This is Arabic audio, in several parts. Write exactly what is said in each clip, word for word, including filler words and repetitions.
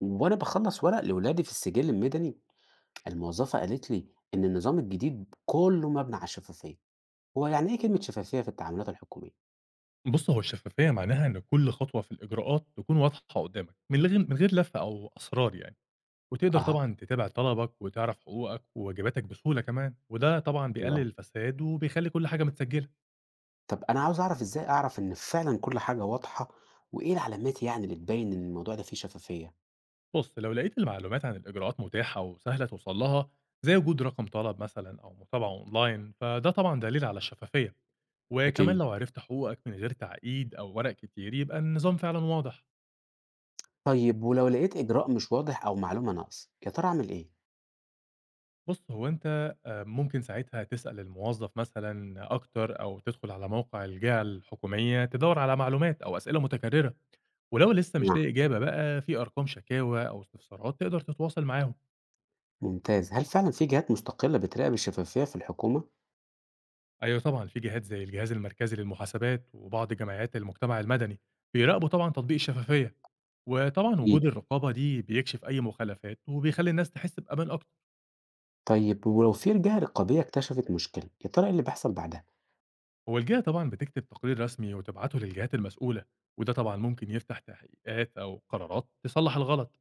وأنا باخلّص ورق لولادي في السجل المدني، الموظفة قالت لي إن النظام الجديد كُلّه مبني على الشفافية، هو يعني إيه كلمة شفافية في التعاملات الحكومية؟ بُص، هو الشفافية معناها إن كل خطوة في الإجراءات تكون واضحة قدّامك، من لغ من غير لَف أو أسرار يعني، وتقدر أها. طبعًا تتابع طلبك وتعرف حقوقك وواجباتك بسهولة كمان، وده طبعًا حلو بيقلل أوي. الفساد وبيخلّي كل حاجة متسجلة. طَب أنا عاوز أعرف إزاي أعرف إن فعلًا كل حاجة واضحة، وإيه العلامات يعني اللي تبيّن إن الموضوع ده فيه شفافية؟ بُص، لو لقيت المعلومات عن الإجراءات متاحة وسهلة توصل لها، زي وجود رقم طلب مثلًا أو متابعة online، فده طبعًا دليل على الشفافية. وكمان أكيد. لو عرفت حقوقك من غير تعقيد أو ورق كتير، يبقى النظام فعلًا واضح. طيب ولو لقيت إجراء مش واضح أو معلومة ناقصة، يا ترى أعمل إيه؟ بُص، هو أنت آآ ممكن ساعتها تسأل الموظف مثلًا أكتر أو تدخل على موقع الجهة الحكومية تدوّر على معلومات أو أسئلة متكررة، ولو لسه مش نعم. لاقي إجابة بقى في أرقام شكاوى أو استفسارات تقدر تتواصل معاهم. ممتاز. هل فعلًا في جهات مستقلة بتراقب الشفافية في الحكومة؟ أيوه طبعًا في جهات زي الجهاز المركزي للمحاسبات وبعض جمعيات المجتمع المدني بيراقبوا طبعًا تطبيق الشفافية، وطبعًا أكيد. وجود الرقابة دي بيكشف أي مخالفات وبيخلّي الناس تحس بأمان أكتر. طيب ولو في جهة رقابية اكتشفت مشكلة، يا ترى إيه اللي بيحصل بعدها؟ هو الجهة طبعًا بتكتب تقرير رسمي وتبعته للجهات المسؤولة، وده طبعًا ممكن يفتح تحقيقات أو قرارات تصلح الغلط.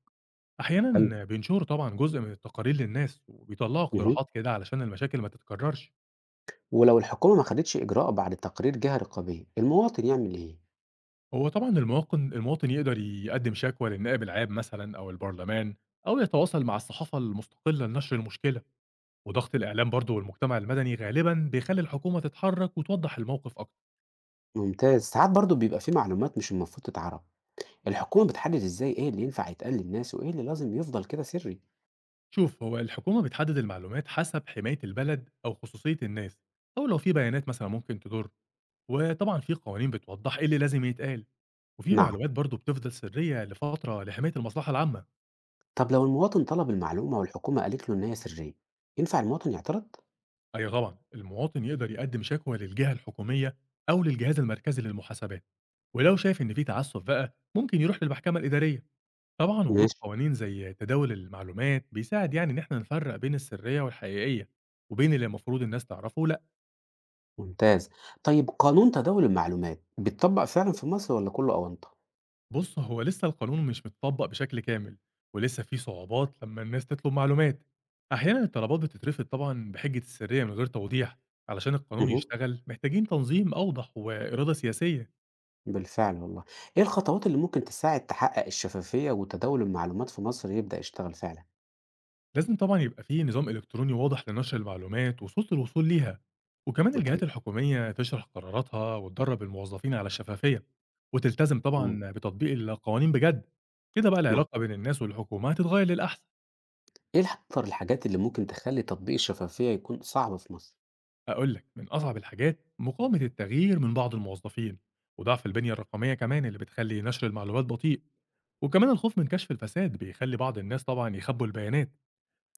حلو. أحيانًا بينشروا طبعًا جزء من التقارير للناس، وبيطلعوا اهم. اقتراحات كده علشان المشاكل ما تتكررش. ولو الحكومة ما خدتش إجراء بعد تقرير جهة رقابية المواطن يعمل إيه؟ هو طبعًا المواطن المواطن يقدر يقدم شكوى للنائب العام مثلًا أو البرلمان، أو يتواصل مع الصحافة المستقلة لنشر المشكلة، وضغط الإعلام برضه والمجتمع المدني غالبًا بيخلي الحكومة تتحرك وتوضح الموقف أكتر. ممتاز. ساعات برضو بيبقى في معلومات مش المفروض تتعرف، الحكومة بتحدد إزاي إيه اللي ينفع يتقال للناس وإيه اللي لازم يفضل كده سري؟ شوف، هو الحكومة بتحدد المعلومات حسب حماية البلد أو خصوصية الناس، أو لو في بيانات مثلا ممكن تضر. وطبعا في قوانين بتوضح إيه اللي لازم يتقال، وفي نعم. معلومات برضو بتفضل سرية لفترة لحماية المصلحة العامة. طب لو المواطن طلب المعلومة والحكومة قالت له إن هي سرية، ينفع المواطن يعترض؟ أي طبعا المواطن يقدر يقدم شكوى للجهة الحكومية أو للجهاز المركزي للمحاسبات، ولو شايف إن في تعسف بقى ممكن يروح للمحكمة الإدارية. طبعا وجود ماشي. قوانين زي تداول المعلومات بيساعد يعني إن إحنا نفرق بين السرية والحقيقية وبين اللي المفروض الناس تعرفه لا. ممتاز. طيب قانون تداول المعلومات بيتطبق فعلا في مصر ولا كله أونطة؟ بُص، هو لسه القانون مش متطبّق بشكل كامل، ولسه في صعوبات لمّا الناس تطلب معلومات. أحيانًا الطلبات بتترفض طبعًا بحجة السرية من غير توضيح، علشان القانون مه. يشتغل محتاجين تنظيم أوضح وإرادة سياسية. بالفعل والله. إيه الخطوات اللي ممكن تساعد تحقق الشفافية وتداول المعلومات في مصر يبدأ يشتغل فعلا؟ لازم طبعًا يبقى في نظام إلكتروني واضح لنشر المعلومات وصوت الوصول ليها، وكمان أكيد. الجهات الحكومية تشرح قراراتها وتدرب الموظفين على الشفافية، وتلتزم مم. طبعًا بتطبيق القوانين بجد. كده بقى نعم. العلاقة بين الناس والحكومة هتتغير للأحسن. إيه الح أكتر الحاجات اللي ممكن تخلّي تطبيق الشفافية يكون صعب في مصر؟ هاقول لك، من أصعب الحاجات مقاومة التغيير من بعض الموظفين، وضعف البنية الرقمية كمان اللي بتخلّي نشر المعلومات بطيء، وكمان الخوف من كشف الفساد بيخلّي بعض الناس طبعًا يخبّوا البيانات.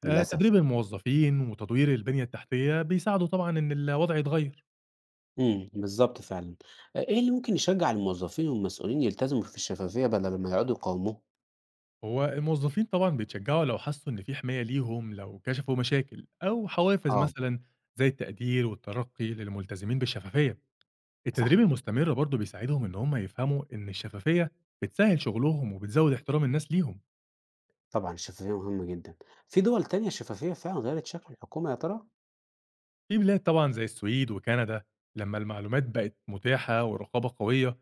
آآ للأسف؟ تدريب الموظفين وتدوير البنية التحتية بيساعدوا طبعًا إن الوضع يتغيّر. إمم، بالضبط فعلًا. أ إيه اللي ممكن يشجّع الموظفين والمسؤولين يلتزموا في الشفافية بدل ما يقعدوا يقاوموها؟ هو الموظفين طبعًا بيتشجعوا لو حسّوا إن في حماية ليهم لو كشفوا مشاكل، أو حوافز آه، مثلًا زي التقدير والترقي للملتزمين بالشفافية. التدريب صح. المستمر برضه بيساعدهم إن هم يفهموا إن الشفافية بتسهل شغلهم وبتزود احترام الناس ليهم. طبعًا الشفافية مهمة جدًا. في دول تانية الشفافية فعلًا غيّرت شكل الحكومة يا ترى؟ في بلاد طبعًا زي السويد وكندا، لما المعلومات بقت متاحة ورقابة قوية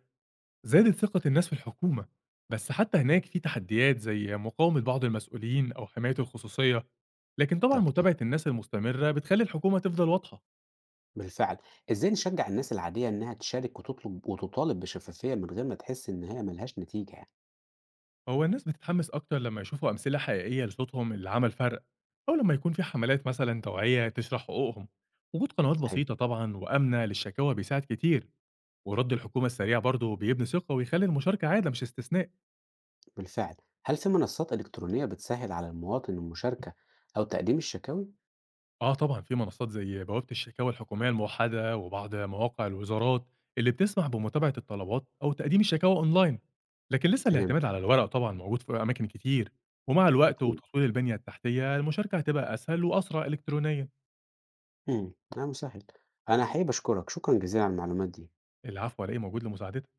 زادت ثقة الناس في الحكومة. بس حتى هناك في تحديات زي مقاومة بعض المسؤولين أو حماية الخصوصية. لكن طبعًا تأكيد، متابعة الناس المستمرة بتخلي الحكومة تفضل واضحة. بالفعل. إزاي نشجّع الناس العادية إنها تشارك وتطلب وتطالب بشفافية من غير ما تحس إن هي ما لهاش نتيجة يعني؟ هو الناس بتتحمس أكتر لما يشوفوا أمثلة حقيقية لصوتهم اللي عمل فرق، أو لما يكون في حملات مثلا توعية تشرح حقوقهم. وجود قنوات صحيح، بسيطة طبعا وآمنة للشكاوى بيساعد كتير، ورد الحكومة السريع برضه بيبني ثقة ويخلي المشاركة عادة مش استثناء. بالفعل. هل في منصات إلكترونية بتسهّل على المواطن المشاركة أو تقديم الشكاوي؟ آه طبعا في منصات زي بوابة الشكاوى الحكومية الموحدة وبعض مواقع الوزارات اللي بتسمح بمتابعة الطلبات أو تقديم الشكاوى أونلاين، لكن لسه فهمت. الاعتماد على الورق طبعا موجود في أماكن كتير. ومع الوقت أكيد، وتطوير البنية التحتية المشاركة هتبقى أسهل وأسرع إلكترونيا. إمم، نعم سهل. أنا حقيقي باشكرك، شكرًا جزيلًا على المعلومات دي. العفو، على إيه، موجود لمساعدتِك.